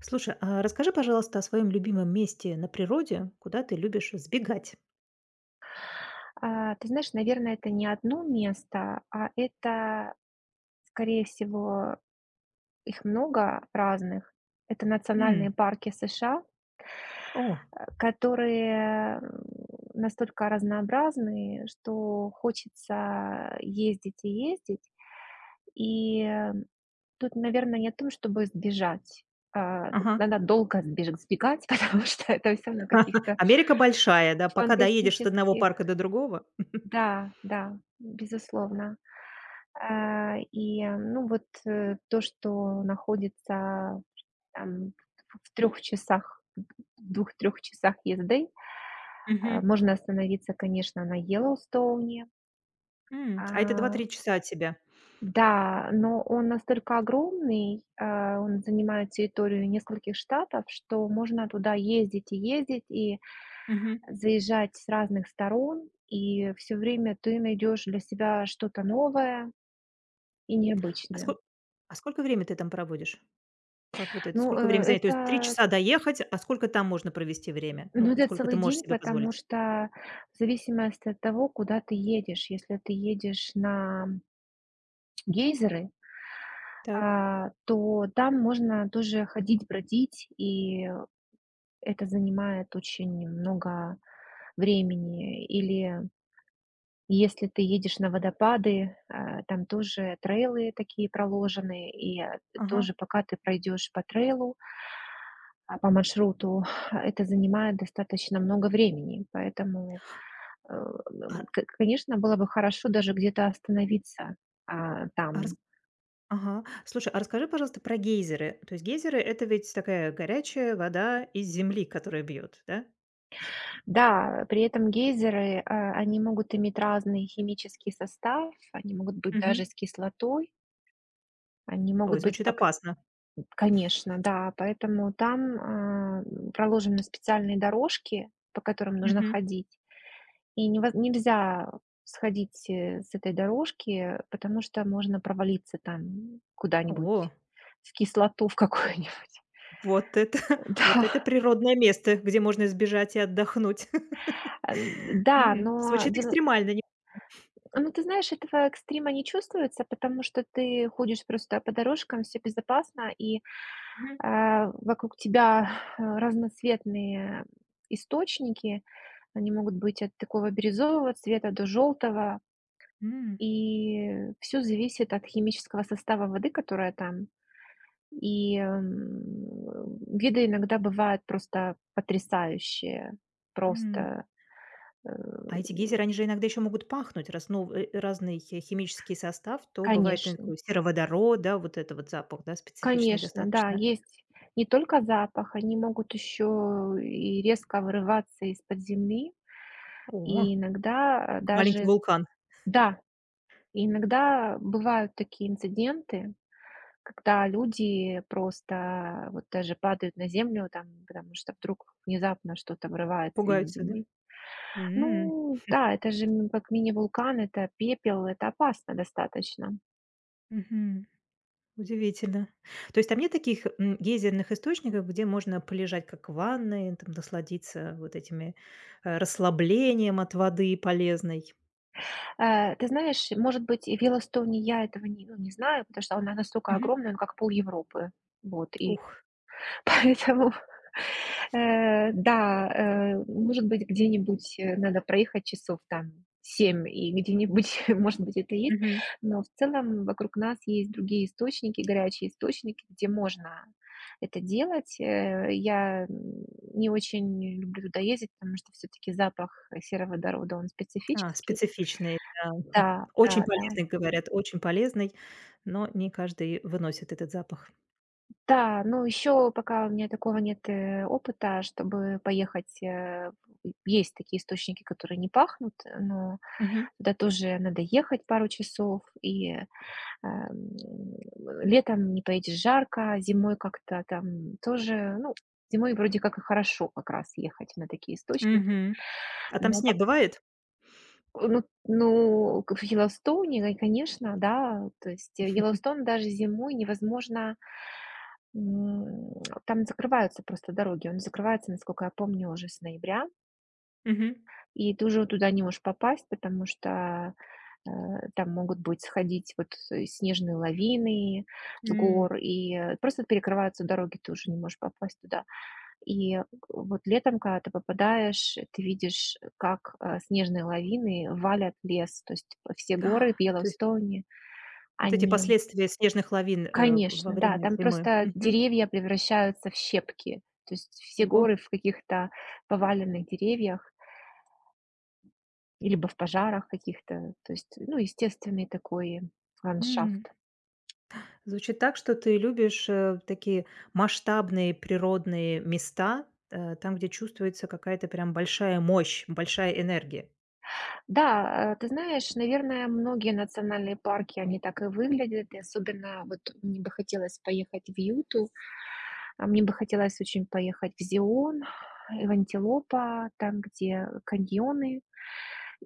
Слушай, а расскажи, пожалуйста, о своем любимом месте на природе, куда ты любишь сбегать. А, ты знаешь, наверное, это не одно место, а это, скорее всего, их много разных. Это национальные М. парки США, О. Которые настолько разнообразны, что хочется ездить и ездить. И тут, наверное, не о том, чтобы сбежать. Тут Ага. надо долго сбегать, потому что это все на каких-то Америка большая, да, пока доедешь от одного фантастических. парка до другого. Да, да, безусловно. А, и, ну, вот, то, что находится там в 3 часах, д в 2-3 часах езды, Мгм. можно остановиться, конечно, на Йеллоустоуне. М. А, А это два-три часа от тебя? да, но он настолько огромный, он занимает территорию нескольких штатов, что можно туда ездить и ездить, и Мгм. заезжать с разных сторон, и все время ты найдешь для себя что-то новое и А, необычное. сколько, а сколько времени ты там проводишь? Как вот это? Ну, э, Сколько времени занять? То есть 3 это часа доехать, а сколько там можно провести время? Ну, Ну, это сколько ты целый можешь день, себе потому позволить? что в зависимости от того, куда ты едешь. Если ты едешь на гейзеры, Так. То там можно тоже ходить, бродить, и это занимает очень много времени. Или если ты едешь на водопады, там тоже трейлы такие проложены, и Ага. тоже пока ты пройдешь по трейлу, по маршруту, это занимает достаточно много времени. Поэтому Э, к конечно, было бы хорошо даже где-то остановиться, А. там. Ага. Слушай, а расскажи, пожалуйста, про гейзеры. То есть гейзеры — это ведь такая горячая вода из земли, которая бьет, да? Да, при этом гейзеры, они могут иметь разный химический состав, они могут быть даже Мгм. с кислотой, они Ой, могут быть с звучит бак опасно. конечно, да, поэтому там, проложены специальные дорожки, по которым нужно Мгм. ходить, и невоз нельзя сходить, с этой дорожки, потому что можно провалиться там О, куда-нибудь в кислоту в какую-нибудь. вот это вот это Да. природное место, где можно сбежать и отдохнуть. Да, М, но звучит дело экстремально, не. ну, ты знаешь, этого экстрима не чувствуется, потому что ты ходишь просто по дорожкам, все безопасно, и, Мгм. Вокруг тебя разноцветные источники. Они могут быть от такого бирюзового цвета до желтого, М. и все зависит от химического состава воды, которая там. И, виды иногда бывают просто потрясающие. М. Просто, э, А эти гейзеры, они же иногда еще могут пахнуть, разный хи химический состав, то бывает конечно. такой сероводород, да, вот это вот запах, да, специфичный Конечно, да, достаточно. есть не только запах, они могут еще и резко вырываться из-под земли. О, И иногда, как маленький даже с вулкан. да, и иногда бывают такие инциденты, когда люди просто вот даже падают на землю там, потому что вдруг внезапно что-то вырывается из Пугаются, да? земли. М. Ну да, это же, как мини-вулкан, это пепел, это опасно достаточно. Мгм. Удивительно. То есть там нет таких, гейзерных источников, где можно полежать как в ванной, там насладиться вот этими, расслаблением от воды полезной? Ты знаешь, может быть, и в Йеллоустоне я этого не ну, не знаю, потому что она настолько Мгм. огромная, ну, как пол Европы. Вот, и Ух. поэтому, да, может быть, где-нибудь, надо проехать часов там 7 и где-нибудь, может быть, это есть. Мгм. Но в целом вокруг нас есть другие источники, горячие источники, где можно это делать. Я, не очень люблю туда ездить, потому что все таки запах сероводорода, он А, специфический. специфичный, да. Да, Очень да, да. полезный, говорят, очень полезный, но не каждый выносит этот запах. Да, ну, еще пока у меня такого нет, опыта, чтобы поехать, есть такие источники, которые не пахнут, но Мгм. туда тоже надо ехать пару часов, и, м, летом не поедешь, жарко, зимой как-то там тоже, ну, зимой вроде как и хорошо как раз ехать на такие источники. Мгм. А там Но пок снег бывает? ну, к в Йеллоустоуне, конечно, да, то есть Йеллоустон даже зимой невозможно М, там закрываются просто дороги. Он закрывается, насколько я помню, уже с ноября. Мгм. И ты уже туда не можешь попасть, потому что, э, там могут быть сходить вот, снежные лавины с М. гор, и, просто перекрываются дороги, ты уже не можешь попасть туда. И к вот летом, когда ты попадаешь, ты видишь, как, снежные лавины валят лес. То есть, все А, горы в то есть Йеллоустоуне, вот эти они последствия снежных лавин, во Конечно, да, время там зимы. просто деревья превращаются в щепки. То есть все Ого. горы в каких-то поваленных деревьях, и либо в пожарах каких-то. То есть, ну, естественный такой М. ландшафт. Звучит так, что ты любишь, такие масштабные природные места, там, где чувствуется какая-то прям большая мощь, большая энергия. Да, ты знаешь, наверное, многие национальные парки, они так и выглядят. И особенно вот мне бы хотелось поехать в Юту, а мне бы хотелось очень поехать в Зион и в Антилопа, там, где каньоны.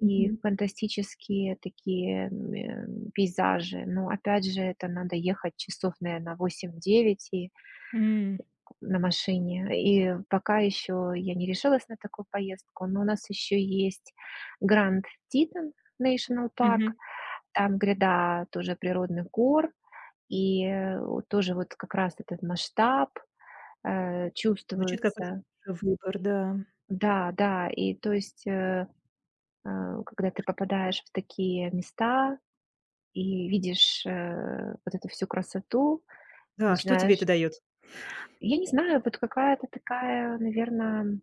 И фантастические такие, пейзажи. Но опять же, это надо ехать часов, наверно, восемь-девять и М. на машине. И пока еще я не решилась на такую поездку, но у нас еще есть Гранд Титан National парк, Мгм. там гряда тоже природных гор, и, вот тоже вот как раз этот масштаб, Звучит как очень чувствуется. хороший выбор, да. Да, да, и то есть, э, когда ты попадаешь в такие места, и видишь, вот эту всю красоту, Да, что тебе это начинаешь дает? я не знаю, вот какая-то такая, наверное,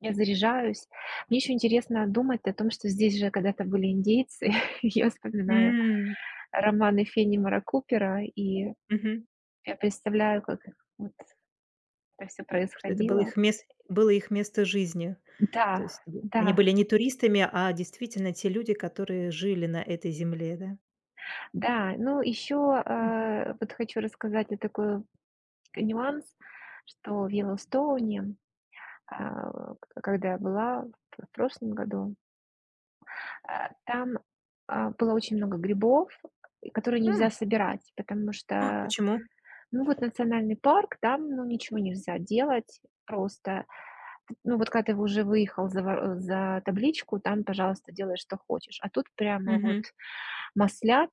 я заряжаюсь. Мне еще интересно думать о том, что здесь же когда-то были индейцы. Я вспоминаю М. романы Фенримора Купера, и Мгм. я представляю, как вот это всё Что это происходило. Было их место жизни. Да, То есть вы да, они были не туристами, а действительно те люди, которые жили на этой земле, да? да. Ну, еще, Мгм. Вот хочу рассказать о такой нюанс, что в Йеллоустоуне а, к когда я была в прошлом году, там, было очень много грибов, и которые нельзя М, собирать, потому а что, почему? ну, вот национальный парк, там, ну, ничего нельзя делать просто. Ну, вот когда ты уже выехал за за табличку, там, пожалуйста, делай, что хочешь. А тут прямо вот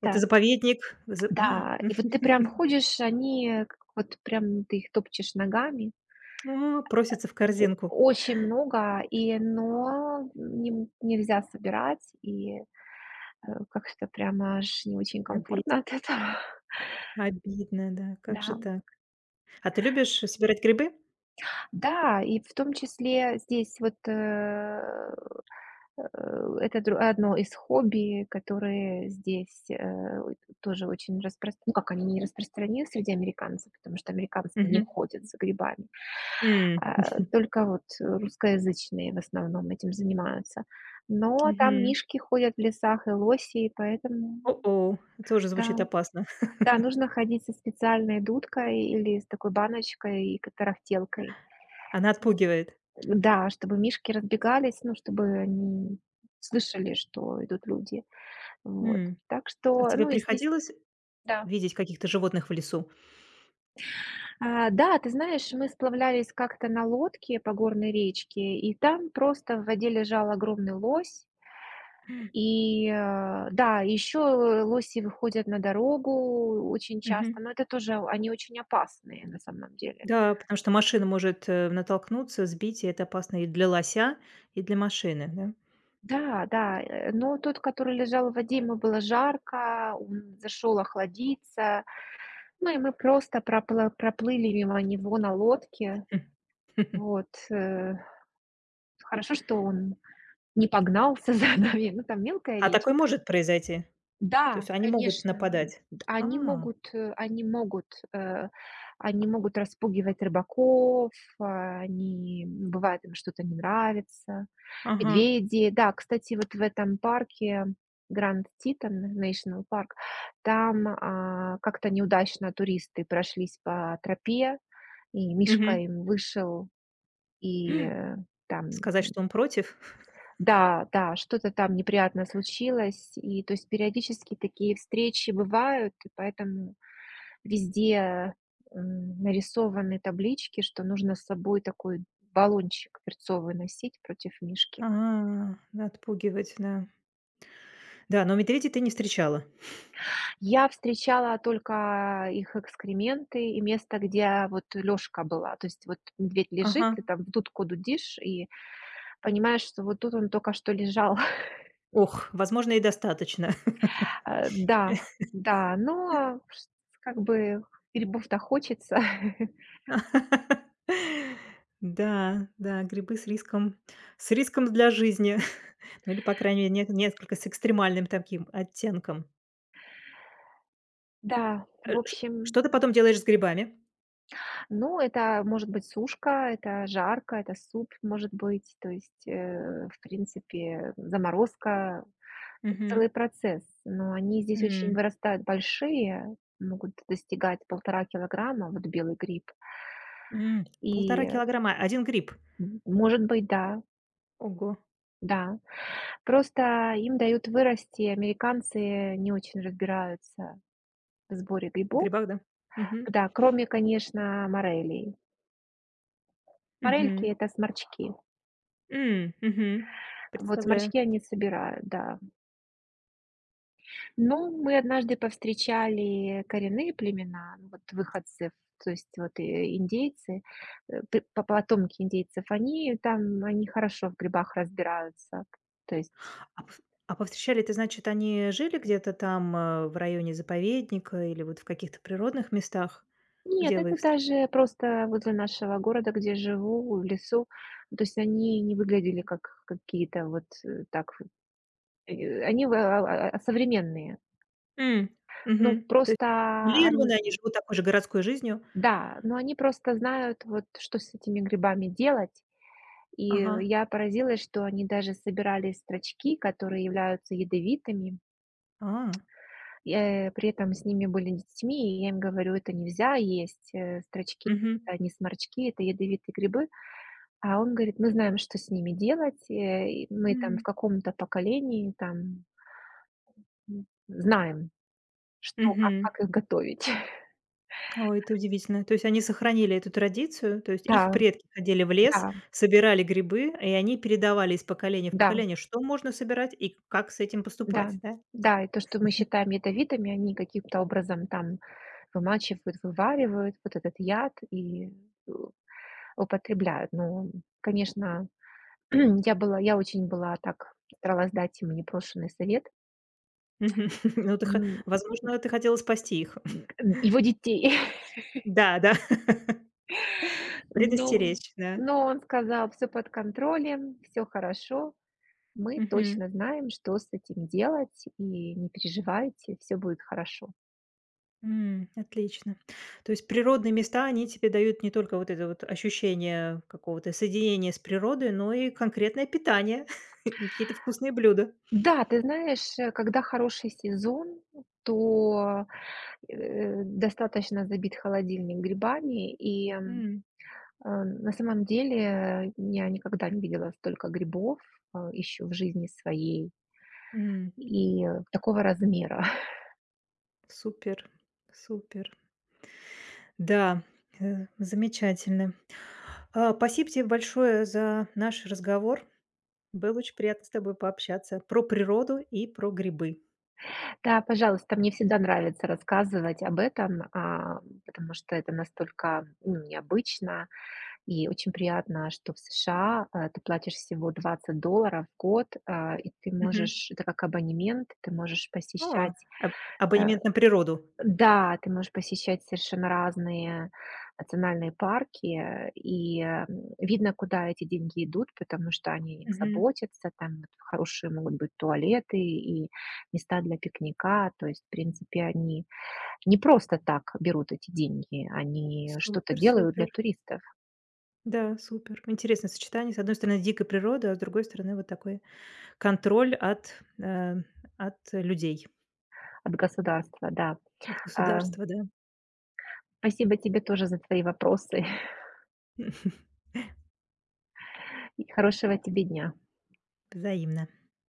Это заповедник. Да, и вот ты прям ходишь, они как вот прям ты их топчешь ногами. а, просится в О корзинку. очень много, и но нем нельзя собирать, и, как-то прямо аж не очень Оби комфортно от этого. обидно, да, как же Да. так? А ты любишь собирать грибы? Да, и в том числе здесь вот, э, это дру одно из хобби, которые здесь, ой, тоже очень распро ну, как они не распространены среди американцев, потому что американцы не Мгм. ходят за грибами. М. Только вот русскоязычные в основном этим занимаются. Но там Мгм. мишки ходят в лесах и лоси, и поэтому О-о, тоже да. звучит опасно. Да, нужно ходить со специальной дудкой или с такой баночкой и к тарахтелкой. Она отпугивает. Да, чтобы мишки разбегались, ну, чтобы они слышали, что идут люди. Вот. М. Так А что, тебе ну и здесь приходилось да. видеть каких-то животных в лесу? Да, ты знаешь, мы сплавлялись как-то на лодке по горной речке, и там просто в воде лежал огромный лось. М. И, да, еще лоси выходят на дорогу очень часто, Мгм. но это тоже они очень опасные на самом деле. Да, потому что машина может, натолкнуться, сбить, и это опасно и для лося, и для машины, да? Да, да, но тот, который лежал в воде, ему было жарко, он зашел охладиться, ну и мы просто пропла проплыли мимо него на лодке. Хм. Вот, хорошо, что он не погнался за нами. Ну, там мелкая А такое речка. может произойти? То Да, есть они могут конечно, нападать? они А, могут, э, они могут, э, они могут распугивать рыбаков, они, бывает, им что-то не нравится. ага. Медведи, да, кстати, вот в этом парке Гранд Титан National парк, там, как-то неудачно туристы прошлись по тропе, и мишка Мгм. им вышел, и, М. Там Сказать, что он против? да, да, что-то там неприятно случилось. И то есть периодически такие встречи бывают, и поэтому везде, нарисованы таблички, что нужно с собой такой баллончик перцовый носить против мишки. А, да, отпугивать, да. Да, но медведей ты не встречала? Я встречала только их экскременты и место, где вот лёжка была. То есть вот медведь лежит, Ага. ты там в дудку дудишь и понимаешь, что вот тут он только что лежал. Ох, возможно, и достаточно. Да, да, но ш как бы грибов-то хочется. Да, да, грибы с риском для жизни. Ну, или, по крайней мере, нет несколько с экстремальным таким оттенком. Да, Э, в ш общем, что ты потом делаешь с грибами? ну, это может быть сушка, это жарка, это суп, может быть, то есть, в принципе, заморозка, Мгм. целый процесс. Но они здесь очень М. вырастают большие, могут достигать 1,5 кг, вот белый гриб. М. И, 1,5 килограмма один гриб. может быть, да, Ого. да. Просто им дают вырасти, американцы не очень разбираются в сборе В грибов. грибах, да? Мгм. Да, кроме, конечно, морелей. Мгм. Морельки — это сморчки. М. Мгм. Вот Представляю. сморчки они собирают, да. Но мы однажды повстречали коренные племена, ну, вот выходцев, то есть вот, индейцы, э, п по потомки индейцев, они там, они хорошо в грибах разбираются. То есть А пов а повстречали это, значит, они жили где-то там, в районе заповедника или вот в каких-то природных местах? нет, Где вы их это встретили? даже просто возле нашего города, где живу, в лесу. То есть они не выглядели как какие-то вот, так, они в а современные. М. Ну, Мгм. То есть просто изолированы, они они живут такой же городской жизнью? да, но они просто знают, вот что с этими грибами делать. И Ага. Я поразилась, что они даже собирали строчки, которые являются ядовитыми, А. При этом с ними были детьми, и я им говорю: "Это нельзя есть, строчки — Мгм. это не сморчки, это ядовитые грибы". А он говорит: "Мы знаем, что с ними делать, и мы там в М. каком-то поколении там, знаем, что как Мгм. как их готовить". Ой, это удивительно. То есть они сохранили эту традицию, то есть Да, их предки ходили в да, лес, собирали грибы, и они передавали из поколения в да. поколение, что можно собирать и как с этим Да, поступать, да? да, и то, что мы считаем ядовитыми, они каким-то образом там вымачивают, вываривают вот этот яд и э, употребляют. Но, конечно, я очень была так, старалась дать ему непрошенный совет, Мгм. Ну, ты хо м, возможно, ты хотела спасти их. его детей. Да, да, Но, предостеречь, да. но он сказал, все под контролем, все хорошо, мы Мгм. точно знаем, что с этим делать, и не переживайте, все будет хорошо. М, отлично. То есть природные места, они тебе дают не только вот это вот ощущение какого-то соединения с природой, но и конкретное питание, и какие-то вкусные блюда. Да, ты знаешь, когда хороший сезон, то, достаточно забит холодильник грибами. И, М. На самом деле я никогда не видела столько грибов, еще в жизни своей М. и такого размера. Супер, супер. Да, замечательно. А, спасибо тебе большое за наш разговор. Было очень приятно с тобой пообщаться про природу и про грибы. Да, пожалуйста, мне всегда нравится рассказывать об этом, потому что это настолько, ну, необычно. И очень приятно, что в США, ты платишь всего $20 в год, и ты Мгм. можешь это как абонемент, ты можешь А, посещать, аб э абонемент на природу. да, ты можешь посещать совершенно разные национальные парки, видно, куда эти деньги идут, потому что они о них Мгм. заботятся. Там вот хорошие могут быть туалеты и места для пикника. То есть, в принципе, они не просто так берут эти деньги, они что-то Супер, делают супер. для туристов Да, супер. Интересное сочетание. С одной стороны, дикая природа, а с другой стороны, вот такой контроль от людей, от государства, да. от А, государства, да. спасибо тебе тоже за твои вопросы и хорошего тебе дня. Взаимно.